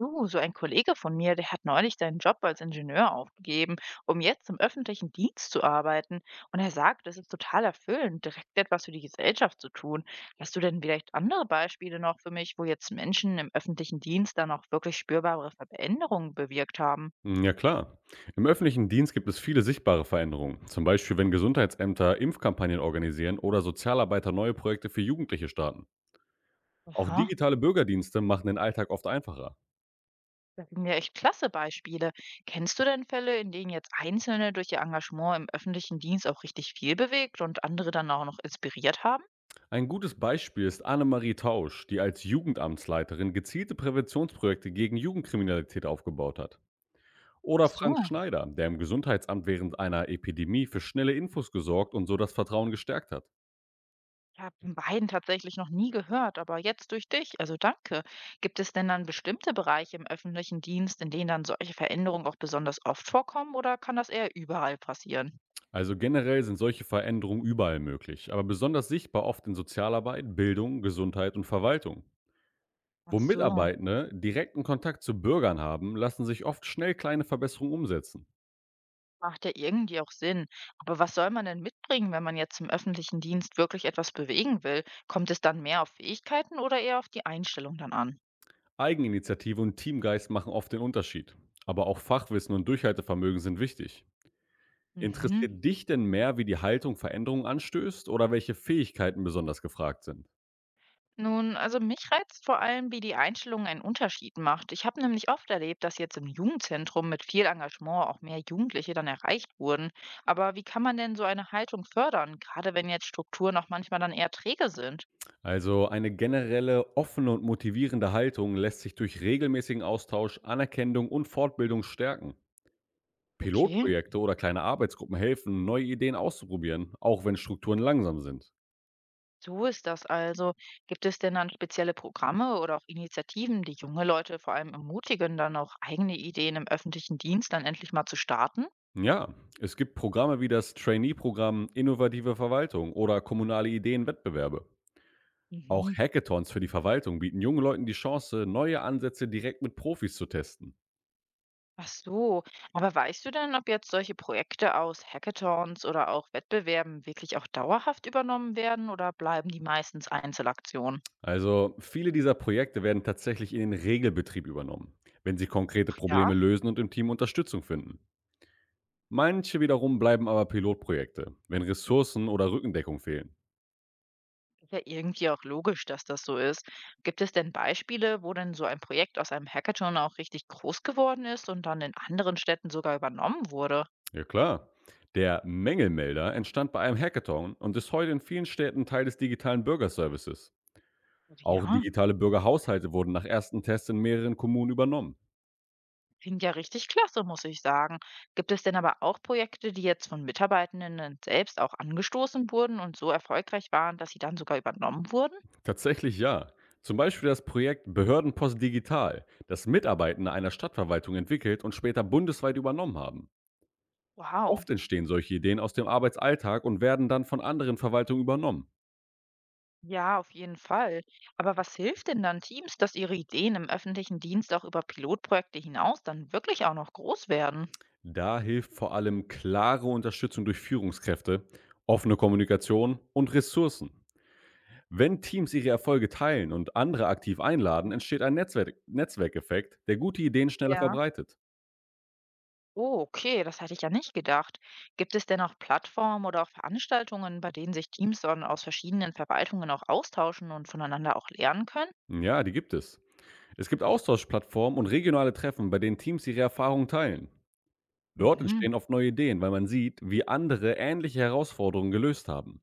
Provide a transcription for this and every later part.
Du, so ein Kollege von mir, der hat neulich seinen Job als Ingenieur aufgegeben, um jetzt im öffentlichen Dienst zu arbeiten. Und er sagt, es ist total erfüllend, direkt etwas für die Gesellschaft zu tun. Hast du denn vielleicht andere Beispiele noch für mich, wo jetzt Menschen im öffentlichen Dienst dann auch wirklich spürbare Veränderungen bewirkt haben? Hm, ja klar. Im öffentlichen Dienst gibt es viele sichtbare Veränderungen. Zum Beispiel, wenn Gesundheitsämter Impfkampagnen organisieren oder Sozialarbeiter neue Projekte für Jugendliche starten. Auch Aha, digitale Bürgerdienste machen den Alltag oft einfacher. das sind ja echt klasse Beispiele. Kennst du denn Fälle, in denen jetzt Einzelne durch ihr Engagement im öffentlichen Dienst auch richtig viel bewegt und andere dann auch noch inspiriert haben? Ein gutes Beispiel ist Annemarie Tausch, die als Jugendamtsleiterin gezielte Präventionsprojekte gegen Jugendkriminalität aufgebaut hat. Ach Oder Frank so. Schneider, der im Gesundheitsamt während einer Epidemie für schnelle Infos gesorgt und so das Vertrauen gestärkt hat. Ich habe von beiden tatsächlich noch nie gehört, aber jetzt durch dich, also danke. Gibt es denn dann bestimmte Bereiche im öffentlichen Dienst, in denen dann solche Veränderungen auch besonders oft vorkommen oder kann das eher überall passieren? Also generell sind solche Veränderungen überall möglich, aber besonders sichtbar oft in Sozialarbeit, Bildung, Gesundheit und Verwaltung. Ach Wo so, Mitarbeitende direkten Kontakt zu Bürgern haben, lassen sich oft schnell kleine Verbesserungen umsetzen. macht ja irgendwie auch Sinn. Aber was soll man denn mitbringen, wenn man jetzt im öffentlichen Dienst wirklich etwas bewegen will? Kommt es dann mehr auf Fähigkeiten oder eher auf die Einstellung dann an? Eigeninitiative und Teamgeist machen oft den Unterschied. Aber auch Fachwissen und Durchhaltevermögen sind wichtig. Mhm. Interessiert dich denn mehr, wie die Haltung Veränderungen anstößt oder welche Fähigkeiten besonders gefragt sind? Nun, also mich reizt vor allem, wie die Einstellung einen Unterschied macht. Ich habe nämlich oft erlebt, dass jetzt im Jugendzentrum mit viel Engagement auch mehr Jugendliche dann erreicht wurden. Aber wie kann man denn so eine Haltung fördern, gerade wenn jetzt Strukturen auch manchmal dann eher träge sind? Also eine generelle offene und motivierende Haltung lässt sich durch regelmäßigen Austausch, Anerkennung und Fortbildung stärken. Okay, Pilotprojekte oder kleine Arbeitsgruppen helfen, neue Ideen auszuprobieren, auch wenn Strukturen langsam sind. so ist das also. Gibt es denn dann spezielle Programme oder auch Initiativen, die junge Leute vor allem ermutigen, dann auch eigene Ideen im öffentlichen Dienst dann endlich mal zu starten? Ja, es gibt Programme wie das Trainee-Programm Innovative Verwaltung oder kommunale Ideenwettbewerbe. Auch Mhm. Hackathons für die Verwaltung bieten jungen Leuten die Chance, neue Ansätze direkt mit Profis zu testen. Ach so, aber weißt du denn, ob jetzt solche Projekte aus Hackathons oder auch Wettbewerben wirklich auch dauerhaft übernommen werden oder bleiben die meistens Einzelaktionen? Also viele dieser Projekte werden tatsächlich in den Regelbetrieb übernommen, wenn sie konkrete Ja, Probleme lösen und im Team Unterstützung finden. Manche wiederum bleiben aber Pilotprojekte, wenn Ressourcen oder Rückendeckung fehlen. ist ja irgendwie auch logisch, dass das so ist. Gibt es denn Beispiele, wo denn so ein Projekt aus einem Hackathon auch richtig groß geworden ist und dann in anderen Städten sogar übernommen wurde? Ja klar. Der Mängelmelder entstand bei einem Hackathon und ist heute in vielen Städten Teil des digitalen Bürgerservices. Also Auch ja, digitale Bürgerhaushalte wurden nach ersten Tests in mehreren Kommunen übernommen. klingt ja richtig klasse, muss ich sagen. Gibt es denn aber auch Projekte, die jetzt von Mitarbeitenden selbst auch angestoßen wurden und so erfolgreich waren, dass sie dann sogar übernommen wurden? Tatsächlich ja. Zum Beispiel das Projekt Behördenpost Digital, das Mitarbeitende einer Stadtverwaltung entwickelt und später bundesweit übernommen haben. Wow, Oft entstehen solche Ideen aus dem Arbeitsalltag und werden dann von anderen Verwaltungen übernommen. ja, auf jeden Fall. Aber was hilft denn dann Teams, dass ihre Ideen im öffentlichen Dienst auch über Pilotprojekte hinaus dann wirklich auch noch groß werden? Da hilft vor allem klare Unterstützung durch Führungskräfte, offene Kommunikation und Ressourcen. Wenn Teams ihre Erfolge teilen und andere aktiv einladen, Mhm. entsteht ein Netzwerk Netzwerkeffekt, der gute Ideen schneller Ja. verbreitet. Oh, okay, das hatte ich ja nicht gedacht. Gibt es denn auch Plattformen oder auch Veranstaltungen, bei denen sich Teams dann aus verschiedenen Verwaltungen auch austauschen und voneinander auch lernen können? Ja, die gibt es. Es gibt Austauschplattformen und regionale Treffen, bei denen Teams ihre Erfahrungen teilen. Dort Mhm, entstehen oft neue Ideen, weil man sieht, wie andere ähnliche Herausforderungen gelöst haben.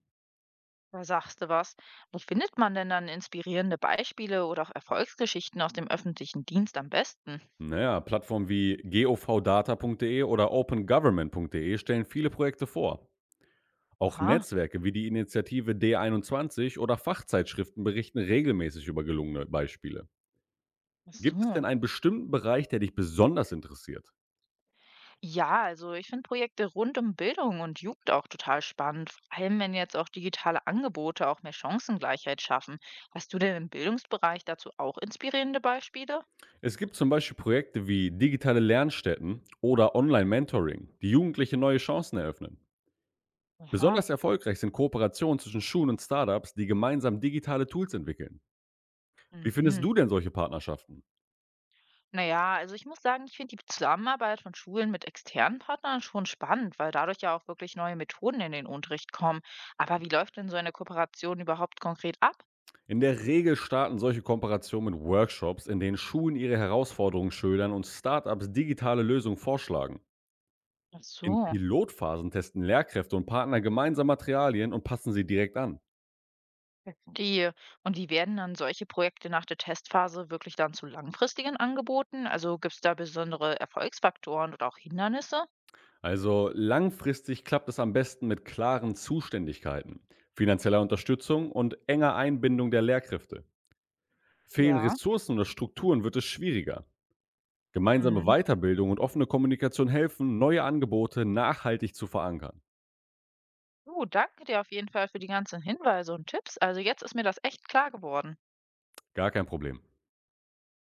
da sagst du was. Wo findet man denn dann inspirierende Beispiele oder auch Erfolgsgeschichten aus dem öffentlichen Dienst am besten? Na ja, Plattformen wie govdata.de oder opengovernment.de stellen viele Projekte vor. Auch Aha, Netzwerke wie die Initiative D21 oder Fachzeitschriften berichten regelmäßig über gelungene Beispiele. ach Gibt es so. denn einen bestimmten Bereich, der dich besonders interessiert? Ja, also ich finde Projekte rund um Bildung und Jugend auch total spannend, vor allem wenn jetzt auch digitale Angebote auch mehr Chancengleichheit schaffen. Hast du denn im Bildungsbereich dazu auch inspirierende Beispiele? Es gibt zum Beispiel Projekte wie digitale Lernstätten oder Online-Mentoring, die Jugendliche neue Chancen eröffnen. Aha. Besonders erfolgreich sind Kooperationen zwischen Schulen und Startups, die gemeinsam digitale Tools entwickeln. Wie findest Mhm. du denn solche Partnerschaften? Naja, also ich muss sagen, ich finde die Zusammenarbeit von Schulen mit externen Partnern schon spannend, weil dadurch ja auch wirklich neue Methoden in den Unterricht kommen. Aber wie läuft denn so eine Kooperation überhaupt konkret ab? In der Regel starten solche Kooperationen mit Workshops, in denen Schulen ihre Herausforderungen schildern und Startups digitale Lösungen vorschlagen. Ach In so. Pilotphasen testen Lehrkräfte und Partner gemeinsam Materialien und passen sie direkt an. Verstehe. Und wie werden dann solche Projekte nach der Testphase wirklich dann zu langfristigen Angeboten? Also gibt es da besondere Erfolgsfaktoren oder auch Hindernisse? Also langfristig klappt es am besten mit klaren Zuständigkeiten, finanzieller Unterstützung und enger Einbindung der Lehrkräfte. Fehlen Ja. Ressourcen oder Strukturen, wird es schwieriger. Gemeinsame Mhm. Weiterbildung und offene Kommunikation helfen, neue Angebote nachhaltig zu verankern. Du, danke dir auf jeden Fall für die ganzen Hinweise und Tipps. Also jetzt ist mir das echt klar geworden. Gar kein Problem.